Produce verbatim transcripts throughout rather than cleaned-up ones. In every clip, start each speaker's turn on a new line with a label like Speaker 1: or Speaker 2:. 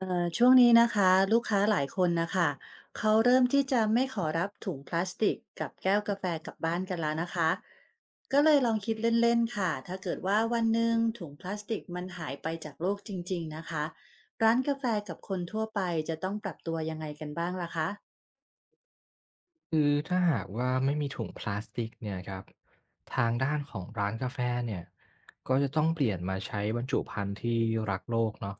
Speaker 1: เอ่อช่วงนี้นะคะลูกค้าหลายคนนะคะเขาเริ่มที่จะไม่ขอรับถุงพลาสติกกับแก้วกาแฟกลับบ้านกันแล้วนะคะก็เลยลองคิดเล่นๆค่ะถ้าเกิดว่าวันหนึ่งถุงพลาสติกมันหายไปจากโลกจริงๆนะคะร้านกาแฟกับคนทั่วไปจะต้องปรับตัวยังไงกันบ้างล่ะคะ
Speaker 2: คือถ้าหากว่าไม่มีถุงพลาสติกเนี่ยครับทางด้านของร้านกาแฟเนี่ยก็จะต้องเปลี่ยนมาใช้บรรจุภัณฑ์ที่รักโลกเนาะ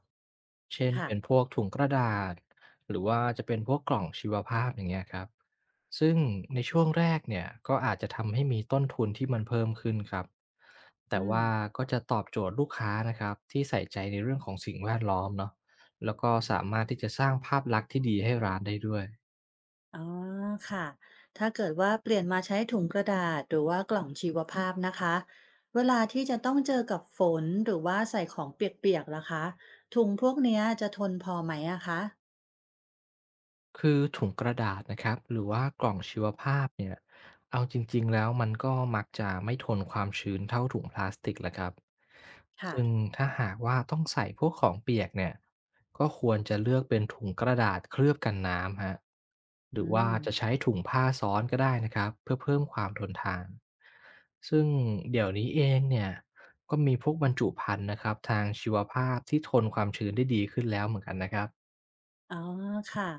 Speaker 2: เช่น
Speaker 1: ค่ะ
Speaker 2: เป็นพวกถุงกระดาษหรือว่าจะเป็นพวกกล่องชีวภาพอย่างเงี้ยครับซึ่งในช่วงแรกเนี่ยก็อาจจะทำให้มีต้นทุนที่มันเพิ่มขึ้นครับแต่
Speaker 1: อืม
Speaker 2: ว่าก็จะตอบโจทย์ลูกค้านะครับที่ใส่ใจในเรื่องของสิ่งแวดล้อมเนาะแล้วก็สามารถที่จะสร้างภาพลักษณ์ที่ดีให้ร้านได้ด้วย
Speaker 1: อ๋อค่ะ ถ้าเกิดว่าเปลี่ยนมาใช้ถุงกระดาษหรือว่ากล่องชีวภาพนะคะ เวลาที่จะต้องเจอกับฝนหรือว่าใส่ของเปียกๆล่ะคะ ถุงพวกเนี้ยจะทนพอไหมอะคะ
Speaker 2: คือถุงกระดาษนะครับหรือว่ากล่องชีวภาพเนี่ยเอาจริงๆแล้วมันก็มักจะไม่ทนความชื้นเท่าถุงพลาสติกแหละครับซึ่ง
Speaker 1: ค่ะ
Speaker 2: ถ้าหากว่าต้องใส่พวกของเปียกเนี่ยก็ควรจะเลือกเป็นถุงกระดาษเคลือบกันน้ำฮะหรือ
Speaker 1: อื
Speaker 2: ว่า
Speaker 1: ม
Speaker 2: จะใช้ถุงผ้าซ้อนก็ได้นะครับเพื่อเพิ่มความทนทานซึ่งเดี๋ยวนี้เองเนี่ยก็มีพวกบรรจุภัณฑ์นะครับทางชีวภาพที่ทนความชื้นได้ดีขึ้นแล้วเหมือนกันนะครับ
Speaker 1: อ๋อค่ะ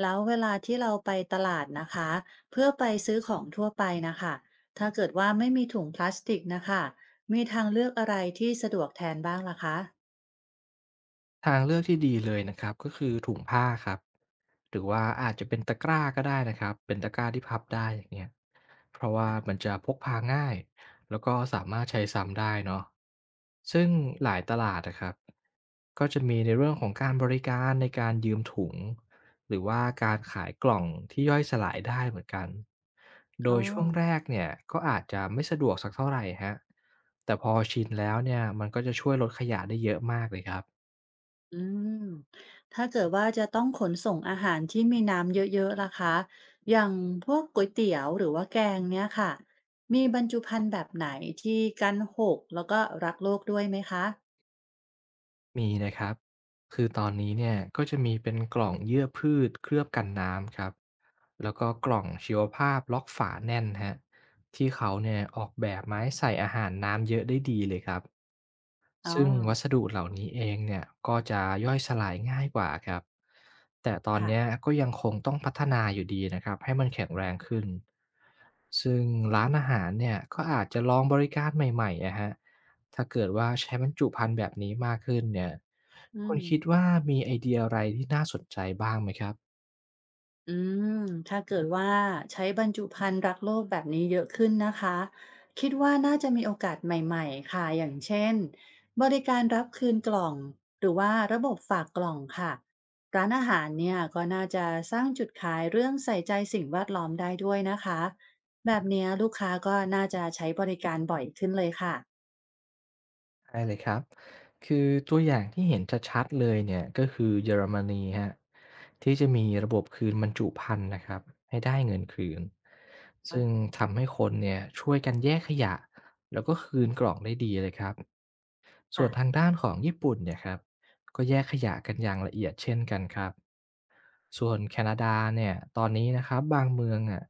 Speaker 1: แล้วเวลาที่เราไปตลาดนะคะ เพื่อไปซื้อของทั่วไปนะคะ ถ้าเกิดว่าไม่มีถุงพลาสติกนะคะมีทางเลือกอะไรที่สะดวกแทนบ้างล่ะคะ
Speaker 2: ทางเลือกที่ดีเลยนะครับก็คือถุงผ้าครับหรือว่าอาจจะเป็นตะกร้าก็ได้นะครับเป็นตะกร้าที่พับได้อย่างเงี้ยเพราะว่ามัน
Speaker 1: ค่ะ
Speaker 2: จะพกพาง่ายแล้วก็สามารถใช้ซ้ำได้เนาะซึ่งหลายตลาดนะครับก็จะมีในเรื่องของการบริการในการยืมถุงหรือว่าการขายกล่องที่ย่อยสลายได้เหมือนกันโด
Speaker 1: อ๋อ
Speaker 2: ยช่วงแรกเนี่ยก็อาจจะไม่สะดวกสักเท่าไหร่ฮะแต่พอชินแล้วเนี่ยมันก็จะช่วยลดขยะได้เยอะมากเลยครับ
Speaker 1: อืม ถ้าเกิดว่าจะต้องขนส่งอาหารที่มีน้ำเยอะๆล่ะคะ อย่างพวกก๋วยเตี๋ยวหรือว่าแกงเนี่ยค่ะ มีบรรจุภัณฑ์แบบไหนที่กันหกแล้วก็รักโลกด้วยไหมคะ
Speaker 2: มีนะครับคือตอนนี้เนี่ยก็จะมีเป็นกล่องเยื่อพืชเคลือบกันน้ำครับแล้วก็กล่องชีวภาพล็อกฝาแน่นฮะที่เขาเนี่ยออกแบบไมาให้ใส่อาหารน้ำเยอะได้ดีเลยครับ
Speaker 1: อ๋อ
Speaker 2: ซึ่งวัสดุเหล่านี้เองเนี่ยก็จะย่อยสลายง่ายกว่าครับแต่ตอน
Speaker 1: ค่ะ
Speaker 2: เนี้ยก็ยังคงต้องพัฒนาอยู่ดีนะครับให้มันแข็งแรงขึ้นซึ่งร้านอาหารเนี่ยก็อาจจะลองบริการใหม่ๆนะฮะถ้าเกิดว่าใช้บรรจุภัณฑ์แบบนี้มากขึ้นเนี่ย
Speaker 1: อื
Speaker 2: คุณ
Speaker 1: ม
Speaker 2: คิดว่ามีไอเดียอะไรที่น่าสนใจบ้างไหมครับ
Speaker 1: อืมถ้าเกิดว่าใช้บรรจุภัณฑ์รักโลกแบบนี้เยอะขึ้นนะคะคิดว่าน่าจะมีโอกาสใหม่ๆค่ะอย่างเช่นบริการรับคืนกล่องหรือว่าระบบฝากกล่องค่ะร้านอาหารเนี่ยก็น่าจะสร้างจุดขายเรื่องใส่ใจสิ่งแวดล้อมได้ด้วยนะคะแบบเนี้ยลูกค้าก็น่าจะใช้บริการบ่อยขึ้นเลยค่ะ
Speaker 2: ได้เลยครับคือตัวอย่างที่เห็นชัดๆเลยเนี่ยก็คือเยอรมนีฮะที่จะมีระบบคืนบรรจุภัณฑ์นะครับให้ได้เงินคืน
Speaker 1: อ๋
Speaker 2: ซึ่ง
Speaker 1: อ
Speaker 2: ทำให้คนเนี่ยช่วยกันแยกขยะแล้วก็คืนกล่องได้ดีเลยครับส่ว
Speaker 1: ค่ะ
Speaker 2: นทางด้านของญี่ปุ่นเนี่ยครับก็แยกขยะกันอย่างละเอียดเช่นกันครับส่วนแคนาดาเนี่ยตอนนี้นะครับบางเมืองอ่ะ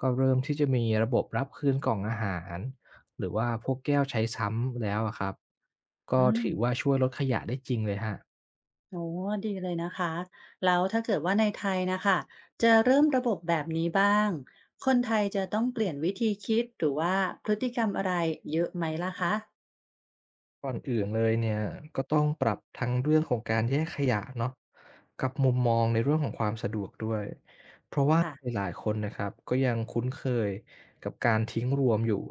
Speaker 2: ก็เริ่มที่จะมีระบบรับคืนกล่องอาหาร หรือว่าพวกแก้วใช้ซ้ำแล้วอะครับก็
Speaker 1: อื
Speaker 2: ถือว่า
Speaker 1: ม
Speaker 2: ช่วยลดขยะได้จริงเลยครับ
Speaker 1: โอ้ดีเลยนะคะแล้วถ้าเกิดว่าในไทยนะคะจะเริ่มระบบแบบนี้บ้างคนไทยจะต้องเปลี่ยนวิธีคิดหรือว่าพฤติกรรมอะไรเยอะไหมล่ะคะ
Speaker 2: ก่อนอื่นเลยเนี่ยก็ต้องปรับทั้งเรื่องของการแยกขยะเนาะกับมุมมองในเรื่องของความสะดวกด้วย
Speaker 1: ค่ะ
Speaker 2: หลายๆคนนะครับก็ยังคุ้นเคยกับการทิ้งรวมอยู่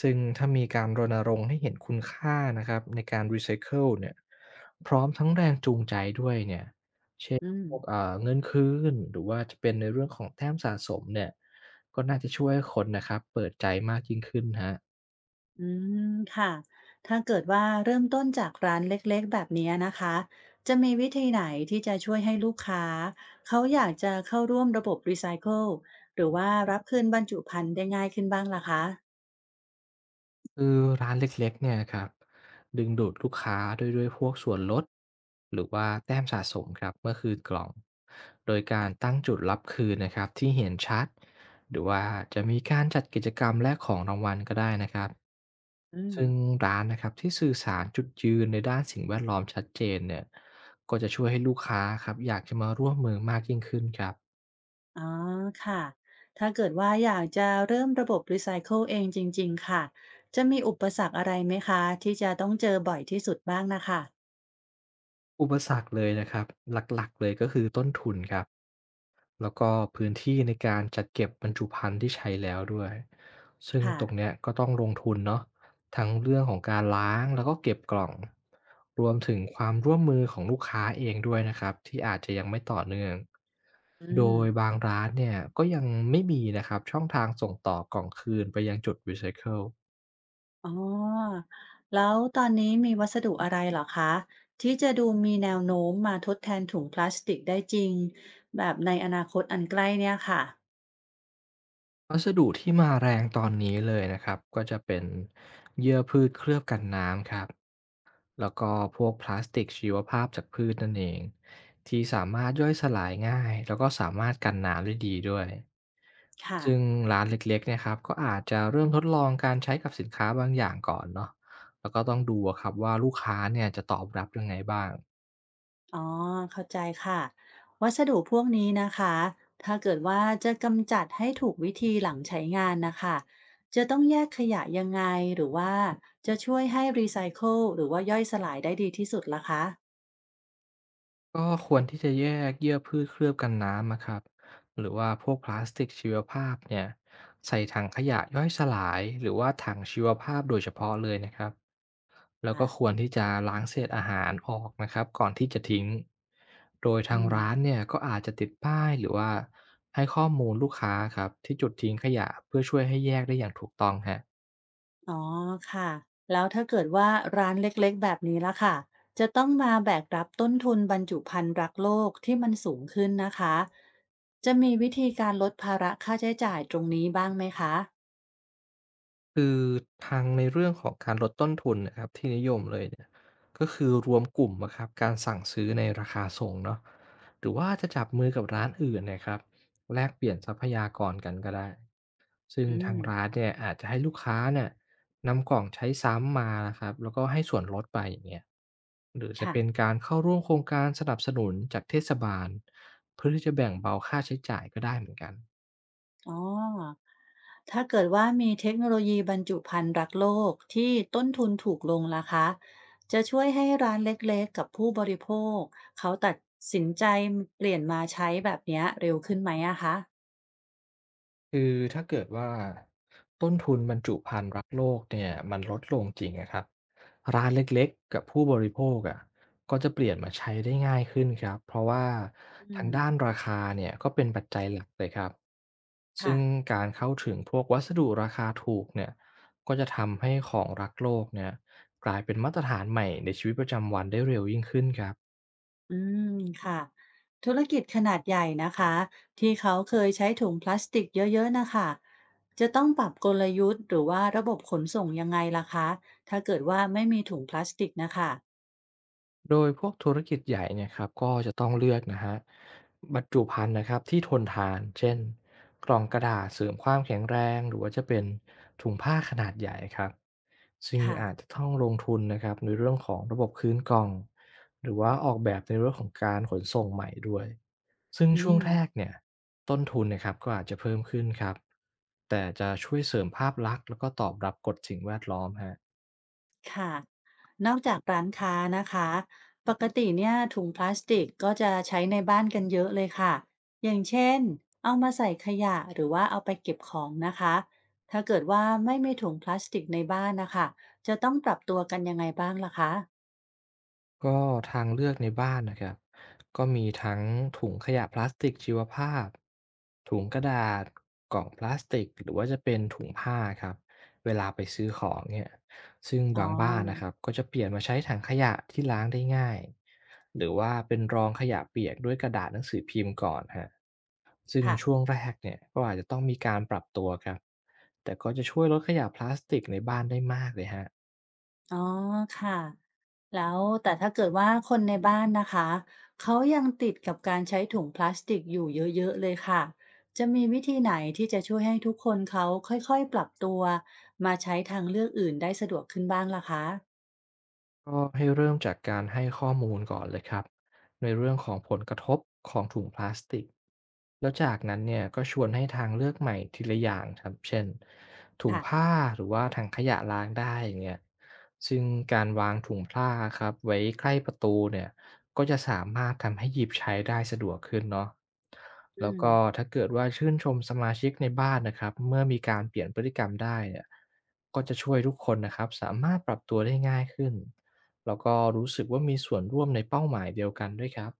Speaker 2: ซึ่งถ้ามีการรณรงค์ให้เห็นคุณค่านะครับในการรีไซเคิลเนี่ยพร้อมทั้งแรงจูงใจด้วยเนี่ยเช่น
Speaker 1: อืม
Speaker 2: พวกเอ่อเงินคืนหรือว่าจะเป็นในเรื่องของแต้มสะสมเนี่ยก็น่าจะช่วยให้คนนะครับเปิดใจมากยิ่งขึ้นครับ
Speaker 1: อืมค่ะถ้าเกิดว่าเริ่มต้นจากร้านเล็กๆแบบนี้นะคะจะมีวิธีไหนที่จะช่วยให้ลูกค้าเขาอยากจะเข้าร่วมระบบรีไซเคิลหรือว่ารับคืนบรรจุภัณฑ์ได้ง่ายขึ้นบ้างล่ะคะ
Speaker 2: คือร้านเล็กๆเนี่ยครับดึงดูดลูกค้าด้วยด้วยพวกส่วนลดหรือว่าแต้มสะสมครับเมื่อคืนกล่องโดยการตั้งจุดรับคืนนะครับที่เห็นชัดหรือว่าจะมีการจัดกิจกรรมแลกของรางวัลก็ได้นะครับ
Speaker 1: อืม
Speaker 2: ซึ่งร้านนะครับที่สื่อสารจุดยืนในด้านสิ่งแวดล้อมชัดเจนเนี่ยก็จะช่วยให้ลูกค้าครับอยากจะมาร่วมมือมากยิ่งขึ้นครับ
Speaker 1: อ๋อค่ะถ้าเกิดว่าอยากจะเริ่มระบบรีไซเคิลเองจริงๆค่ะ จะมีอุปสรรคอะไรไหมคะที่จะต้องเจอบ่อยที่สุดบ้างนะค่ะ
Speaker 2: อุปสรรคเลยนะครับหลักๆเลยก็คือต้นทุนครับ แล้วก็พื้นที่ในการจัดเก็บบรรจุภัณฑ์ที่ใช้แล้วด้วยซึ่งตรง
Speaker 1: ค่ะ
Speaker 2: เนี้ยก็ต้องลงทุนเนาะทั้งเรื่องของการล้างแล้วก็เก็บกล่องรวมถึงความร่วมมือของลูกค้าเองด้วยนะครับที่อาจจะยังไม่ต่อเนื่อง
Speaker 1: อื
Speaker 2: โด
Speaker 1: ม
Speaker 2: ยบางร้านเนี่ยก็ยังไม่มีนะครับช่องทางส่งต่อกล่องคืนไปยังจุดรีไซเคิล
Speaker 1: อ๋อ แล้วตอนนี้มีวัสดุอะไรเหรอคะที่จะดูมีแนวโน้มมาทดแทนถุงพลาสติกได้จริงแบบในอนาคตอันใกล้เนี่ยค่ะ
Speaker 2: วัสดุที่มาแรงตอนนี้เลยนะครับก็จะเป็นเยื่อพืชเคลือบกันน้ำครับ แล้วก็พวกพลาสติกชีวภาพจากพืชนั่นเองที่สามารถย่อยสลายง่ายแล้วก็สามารถกันน้ำได้ดีด้วย
Speaker 1: ค่ะ
Speaker 2: ซึ่งร้านเล็กๆเนี่ยครับก็อาจจะเริ่มทดลองการใช้กับสินค้าบางอย่างก่อนเนาะแล้วก็ต้องดูอะครับว่าลูกค้าเนี่ยจะตอบรับยังไงบ้าง
Speaker 1: อ๋อเข้าใจค่ะวัสดุพวกนี้นะคะถ้าเกิดว่าจะกำจัดให้ถูกวิธีหลังใช้งานนะคะจะต้องแยกขยะยังไงหรือว่าจะช่วยให้รีไซเคิลหรือว่าย่อยสลายได้ดีที่สุดล่ะคะ
Speaker 2: ก็ควรที่จะแยกเยื่อพืชเคลือบกันน้ำอะครับหรือว่าพวกพลาสติกชีวภาพเนี่ยใส่ถังขยะย่อยสลายหรือว่าถังชีวภาพโดยเฉพาะเลยนะครับแล้ว
Speaker 1: อ่ะ
Speaker 2: ก็ควรที่จะล้างเศษอาหารออกนะครับก่อนที่จะทิ้งโดย
Speaker 1: อื
Speaker 2: ทาง
Speaker 1: ม
Speaker 2: ร้านเนี่ยก็อาจจะติดป้ายหรือว่าให้ข้อมูลลูกค้าครับที่จุดทิ้งขยะเพื่อช่วยให้แยกได้อย่างถูกต้องฮะ
Speaker 1: อ๋อค่ะแล้วถ้าเกิดว่าร้านเล็กๆแบบนี้ละค่ะจะต้องมาแบกรับต้นทุนบรรจุภัณฑ์รักโลกที่มันสูงขึ้นนะคะจะมีวิธีการลดภาระค่าใช้จ่ายตรงนี้บ้างไหมคะ
Speaker 2: คือทางในเรื่องของการลดต้นทุนนะครับที่นิยมเลยเนี่ยก็คือรวมกลุ่มอะครับการสั่งซื้อในราคาส่งเนาะหรือว่าจะจับมือกับร้านอื่นนะครับแลกเปลี่ยนทรัพยากรกันก็ได้ซึ่ง
Speaker 1: อื
Speaker 2: ทา
Speaker 1: ม
Speaker 2: งร้านเนี่ยอาจจะให้ลูกค้าเนี่ยนำกล่องใช้ซ้ำมานะครับแล้วก็ให้ส่วนลดไปอย่างเงี้ยหรือจะ
Speaker 1: ค่ะ
Speaker 2: เป็นการเข้าร่วมโครงการสนับสนุนจากเทศบาลเพื่อที่จะแบ่งเบาค่าใช้จ่ายก็ได้เหมือนกัน
Speaker 1: อ๋อ ถ้าเกิดว่ามีเทคโนโลยีบรรจุภัณฑ์รักโลกที่ต้นทุนถูกลงล่ะคะจะช่วยให้ร้านเล็กๆกับผู้บริโภคเขาตัดสินใจเปลี่ยนมาใช้แบบเนี้ยเร็วขึ้นไหมอะคะ
Speaker 2: คือถ้าเกิดว่าต้นทุนบรรจุภัณฑ์รักโลกเนี่ยมันลดลงจริงนะครับร้านเล็กๆกับผู้บริโภคอะก็จะเปลี่ยนมาใช้ได้ง่ายขึ้นครับเพราะว่า
Speaker 1: อื
Speaker 2: ทาง
Speaker 1: ม
Speaker 2: ด้านราคาเนี่ยก็เป็นปัจจัยหลักเลยครับซึ่
Speaker 1: ค่ะ
Speaker 2: งการเข้าถึงพวกวัสดุราคาถูกเนี่ยก็จะทำให้ของรักโลกเนี่ยกลายเป็นมาตรฐานใหม่ในชีวิตประจำวันได้เร็วยิ่งขึ้นครับ
Speaker 1: อืมค่ะ ธุรกิจขนาดใหญ่นะคะที่เขาเคยใช้ถุงพลาสติกเยอะๆนะคะ จะต้องปรับกลยุทธ์หรือว่าระบบขนส่งยังไงล่ะคะ ถ้าเกิดว่าไม่มีถุงพลาสติกนะคะ
Speaker 2: โดยพวกธุรกิจใหญ่เนี่ยครับก็จะต้องเลือกนะฮะบรรจุภัณฑ์นะครับที่ทนทานเช่นกล่องกระดาษเสริมความแข็งแรงหรือว่าจะเป็นถุงผ้าขนาดใหญ่ครับซึ่ง
Speaker 1: ค่ะ
Speaker 2: อาจจะต้องลงทุนนะครับในเรื่องของระบบคืนกล่องหรือว่าออกแบบในเรื่องของการขนส่งใหม่ด้วยซึ่ง
Speaker 1: อื
Speaker 2: ช่วงแรก
Speaker 1: ม
Speaker 2: เนี่ยต้นทุนนะครับก็อาจจะเพิ่มขึ้นครับแต่จะช่วยเสริมภาพลักษณ์แล้วก็ตอบรับกฎสิ่งแวดล้อมฮะ
Speaker 1: ค่ะ นอกจากร้านค้านะคะ ปกติเนี่ยถุงพลาสติกก็จะใช้ในบ้านกันเยอะเลยค่ะ อย่างเช่นเอามาใส่ขยะหรือว่าเอาไปเก็บของนะคะ ถ้าเกิดว่าไม่มีถุงพลาสติกในบ้านนะคะ จะต้องปรับตัวกันยังไงบ้างล่ะคะ
Speaker 2: ก็ทางเลือกในบ้านนะครับก็มีทั้งถุงขยะพลาสติกชีวภาพถุงกระดาษกล่องพลาสติกหรือว่าจะเป็นถุงผ้าครับเวลาไปซื้อของเนี่ยซึ่ง
Speaker 1: อ๋
Speaker 2: บางบ้านนะค
Speaker 1: อ
Speaker 2: รับก็จะเปลี่ยนมาใช้ถังขยะที่ล้างได้ง่ายหรือว่าเป็นรองขยะเปียกด้วยกระดาษหนังสือพิมพ์ก่อนฮะซึ่งช่วง
Speaker 1: ค่ะ
Speaker 2: แรกเนี่ยก็อาจจะต้องมีการปรับตัวครับแต่ก็จะช่วยลดขยะพลาสติกในบ้านได้มากเลยฮะ
Speaker 1: อ๋อค่ะแล้วแต่ถ้าเกิดว่าคนในบ้านนะคะเขายังติดกับการใช้ถุงพลาสติกอยู่เยอะๆเลยค่ะจะมีวิธีไหนที่จะช่วยให้ทุกคนเขาค่อยๆปรับตัวมาใช้ทางเลือกอื่นได้สะดวกขึ้นบ้างล่ะคะ
Speaker 2: ก็ให้เริ่มจากการให้ข้อมูลก่อนเลยครับในเรื่องของผลกระทบของถุงพลาสติกแล้วจากนั้นเนี่ยก็ชวนให้ทางเลือกใหม่ทีละอย่างครับเช่นถุง
Speaker 1: ค่ะ
Speaker 2: ผ้าหรือว่าถังขยะล้างได้อย่างเงี้ยซึ่งการวางถุงผ้าครับไว้ใกล้ประตูเนี่ยก็จะสามารถทำให้หยิบใช้ได้สะดวกขึ้นเนาะ
Speaker 1: อื
Speaker 2: แล้ว
Speaker 1: ม
Speaker 2: ก็ถ้าเกิดว่าชื่นชมสมาชิกในบ้านนะครับเมื่อมีการเปลี่ยนพฤติกรรมได้เนี่ยก็จะช่วยทุกคนนะครับสามารถปรับตัวได้ง่ายขึ้น แล้วก็รู้สึกว่ามีส่วนร่วมในเป้าหมายเดียวกันด้วยครับ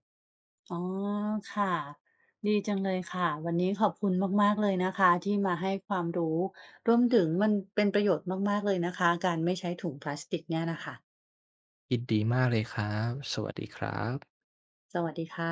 Speaker 1: อ๋อค่ะดีจังเลยค่ะวันนี้ขอบคุณมากๆเลยนะคะที่มาให้ความรู้รวมถึงมันเป็นประโยชน์มากๆเลยนะคะการไม่ใช้ถุงพลาสติกเนี่ยนะคะ
Speaker 2: ยินดีมากเลยครับ สวัสดีครับ
Speaker 1: สวัสดีค่ะ